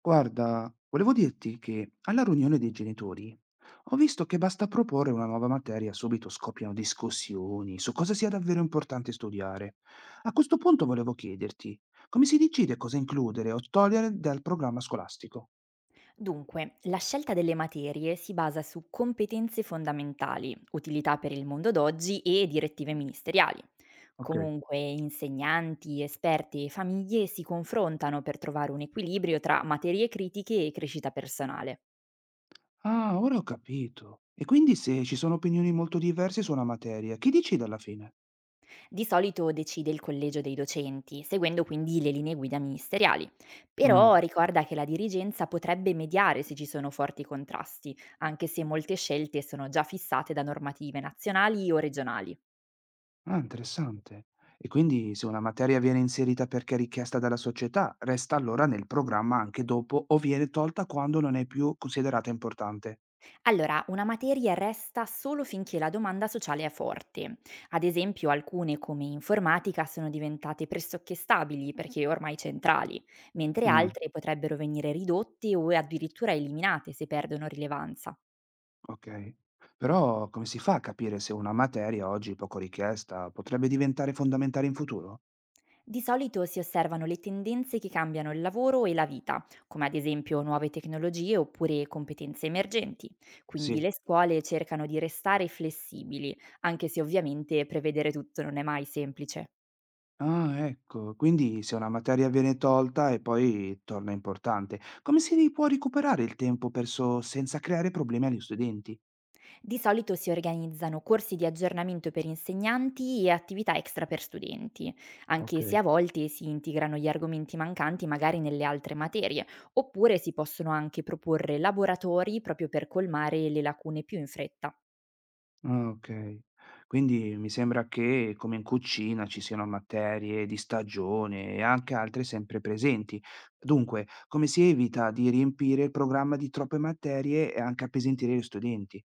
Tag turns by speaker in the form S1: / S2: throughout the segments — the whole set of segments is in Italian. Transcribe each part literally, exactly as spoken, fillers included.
S1: Guarda, volevo dirti che alla riunione dei genitori ho visto che basta proporre una nuova materia, subito scoppiano discussioni su cosa sia davvero importante studiare. A questo punto volevo chiederti, come si decide cosa includere o togliere dal programma scolastico?
S2: Dunque, la scelta delle materie si basa su competenze fondamentali, utilità per il mondo d'oggi e direttive ministeriali.
S1: Ok.
S2: Comunque, insegnanti, esperti e famiglie si confrontano per trovare un equilibrio tra materie critiche e crescita personale.
S1: Ah, ora ho capito. E quindi se ci sono opinioni molto diverse su una materia, chi decide alla fine?
S2: Di solito decide il collegio dei docenti, seguendo quindi le linee guida ministeriali. Però
S1: Mm.
S2: ricorda che la dirigenza potrebbe mediare se ci sono forti contrasti, anche se molte scelte sono già fissate da normative nazionali o regionali.
S1: Ah, interessante. E quindi se una materia viene inserita perché richiesta dalla società, resta allora nel programma anche dopo o viene tolta quando non è più considerata importante.
S2: Allora, una materia resta solo finché la domanda sociale è forte. Ad esempio, alcune come informatica sono diventate pressoché stabili perché ormai centrali, mentre
S1: Mm,
S2: altre potrebbero venire ridotte o addirittura eliminate se perdono rilevanza.
S1: ok. Però come si fa a capire se una materia oggi poco richiesta potrebbe diventare fondamentale in futuro?
S2: Di solito si osservano le tendenze che cambiano il lavoro e la vita, come ad esempio nuove tecnologie oppure competenze emergenti. Quindi
S1: Sì.
S2: le scuole cercano di restare flessibili, anche se ovviamente prevedere tutto non è mai semplice.
S1: Ah, ecco. Quindi se una materia viene tolta e poi torna importante, come si può recuperare il tempo perso senza creare problemi agli studenti?
S2: Di solito si organizzano corsi di aggiornamento per insegnanti e attività extra per studenti,
S1: Ok.
S2: anche se a volte si integrano gli argomenti mancanti magari nelle altre materie, oppure si possono anche proporre laboratori proprio per colmare le lacune più in fretta.
S1: Ah, okay. Quindi mi sembra che, come in cucina, ci siano materie di stagione e anche altre sempre presenti. Dunque, come si evita di riempire il programma di troppe materie e anche appesantire gli studenti?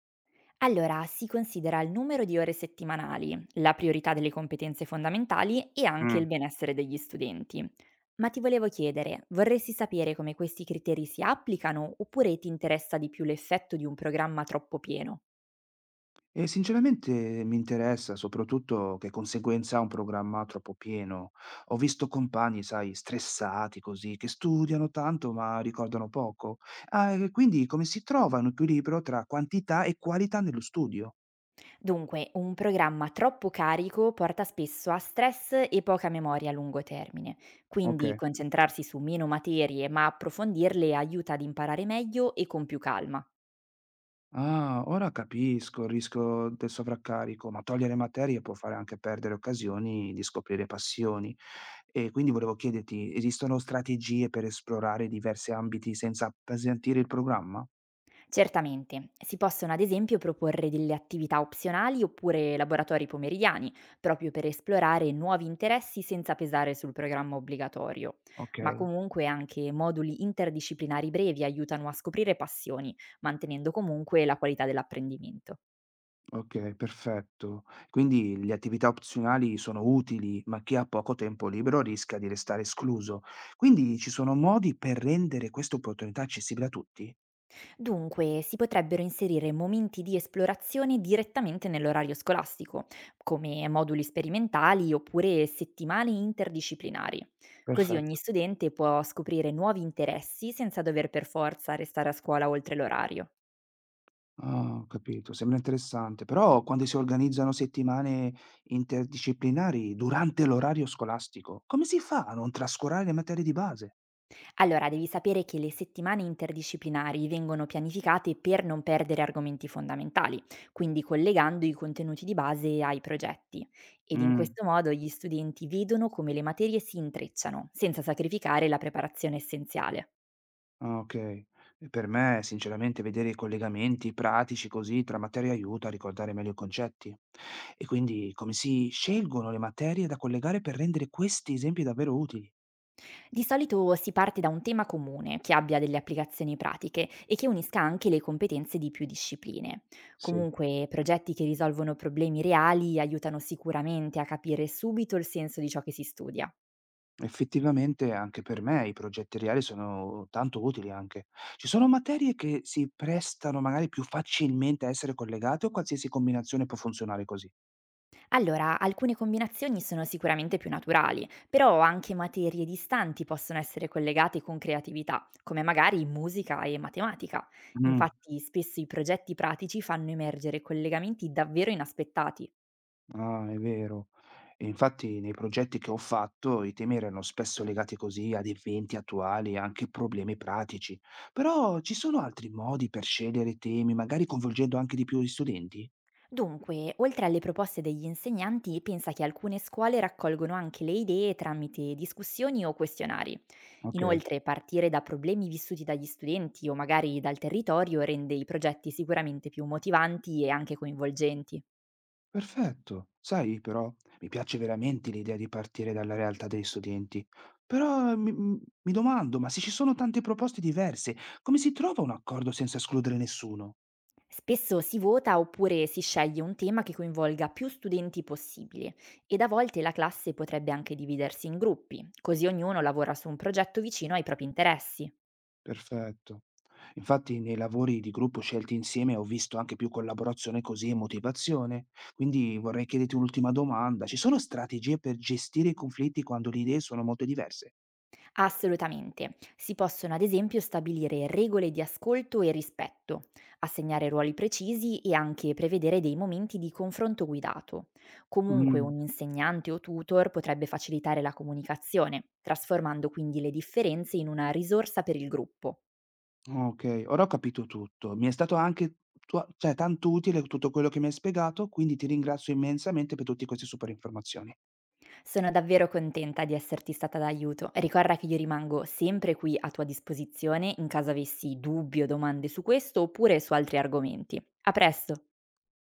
S2: Allora, si considera il numero di ore settimanali, la priorità delle competenze fondamentali e anche
S1: Mh.
S2: il benessere degli studenti. Ma ti volevo chiedere, vorresti sapere come questi criteri si applicano oppure ti interessa di più l'effetto di un programma troppo pieno?
S1: E sinceramente mi interessa soprattutto che conseguenza ha un programma troppo pieno. Ho visto compagni, sai, stressati così, che studiano tanto ma ricordano poco. Ah, e quindi come si trova un equilibrio tra quantità e qualità nello studio?
S2: Dunque, un programma troppo carico porta spesso a stress e poca memoria a lungo termine, quindi
S1: Okay.
S2: concentrarsi su meno materie ma approfondirle aiuta ad imparare meglio e con più calma.
S1: Ah, ora capisco il rischio del sovraccarico, ma togliere materie può fare anche perdere occasioni di scoprire passioni. E quindi volevo chiederti, esistono strategie per esplorare diversi ambiti senza appesantire il programma?
S2: Certamente, si possono ad esempio proporre delle attività opzionali oppure laboratori pomeridiani, proprio per esplorare nuovi interessi senza pesare sul programma obbligatorio,
S1: Ok,
S2: ma comunque anche moduli interdisciplinari brevi aiutano a scoprire passioni, mantenendo comunque la qualità dell'apprendimento.
S1: ok, perfetto. Quindi le attività opzionali sono utili, ma chi ha poco tempo libero rischia di restare escluso. Quindi ci sono modi per rendere queste opportunità accessibili a tutti?
S2: Dunque, si potrebbero inserire momenti di esplorazione direttamente nell'orario scolastico, come moduli sperimentali oppure settimane interdisciplinari. Così ogni
S1: Perfetto.
S2: studente può scoprire nuovi interessi senza dover per forza restare a scuola oltre l'orario.
S1: Ah, ho capito, sembra interessante. Però quando si organizzano settimane interdisciplinari durante l'orario scolastico, come si fa a non trascurare le materie di base?
S2: Allora, devi sapere che le settimane interdisciplinari vengono pianificate per non perdere argomenti fondamentali, quindi collegando i contenuti di base ai progetti. Ed in
S1: Mm,
S2: questo modo gli studenti vedono come le materie si intrecciano, senza sacrificare la preparazione essenziale.
S1: ok. E per me, sinceramente, vedere i collegamenti pratici così tra materie aiuta a ricordare meglio i concetti. E quindi come si scelgono le materie da collegare per rendere questi esempi davvero utili?
S2: Di solito si parte da un tema comune, che abbia delle applicazioni pratiche e che unisca anche le competenze di più discipline.
S1: Sì.
S2: Comunque, progetti che risolvono problemi reali aiutano sicuramente a capire subito il senso di ciò che si studia.
S1: Effettivamente anche per me i progetti reali sono tanto utili anche. Ci sono materie che si prestano magari più facilmente a essere collegate o qualsiasi combinazione può funzionare così?
S2: Allora, alcune combinazioni sono sicuramente più naturali, però anche materie distanti possono essere collegate con creatività, come magari musica e matematica.
S1: Mm,
S2: Infatti, spesso i progetti pratici fanno emergere collegamenti davvero inaspettati.
S1: ah, è vero. E infatti nei progetti che ho fatto i temi erano spesso legati così ad eventi attuali e anche problemi pratici. Però ci sono altri modi per scegliere temi, magari coinvolgendo anche di più gli studenti?
S2: Dunque, oltre alle proposte degli insegnanti, pensa che alcune scuole raccolgono anche le idee tramite discussioni o questionari.
S1: Ok.
S2: Inoltre, partire da problemi vissuti dagli studenti o magari dal territorio rende i progetti sicuramente più motivanti e anche coinvolgenti.
S1: Perfetto. Sai però, mi piace veramente l'idea di partire dalla realtà degli studenti, però eh, mi, mi- mi domando, ma se ci sono tante proposte diverse, come si trova un accordo senza escludere nessuno?
S2: Spesso si vota oppure si sceglie un tema che coinvolga più studenti possibile ed a volte la classe potrebbe anche dividersi in gruppi, così ognuno lavora su un progetto vicino ai propri interessi.
S1: Perfetto. Infatti nei lavori di gruppo scelti insieme ho visto anche più collaborazione così e motivazione, quindi vorrei chiederti un'ultima domanda. Ci sono strategie per gestire i conflitti quando le idee sono molto diverse?
S2: Assolutamente, si possono ad esempio stabilire regole di ascolto e rispetto, assegnare ruoli precisi e anche prevedere dei momenti di confronto guidato. Comunque un insegnante o tutor potrebbe facilitare la comunicazione, trasformando quindi le differenze in una risorsa per il gruppo.
S1: Okay, ora ho capito tutto. Mi è stato anche tua cioè tanto utile tutto quello che mi hai spiegato, quindi ti ringrazio immensamente per tutti questi super informazioni.
S2: Sono davvero contenta di esserti stata d'aiuto. Ricorda che io rimango sempre qui a tua disposizione in caso avessi dubbi o domande su questo oppure su altri argomenti. A presto!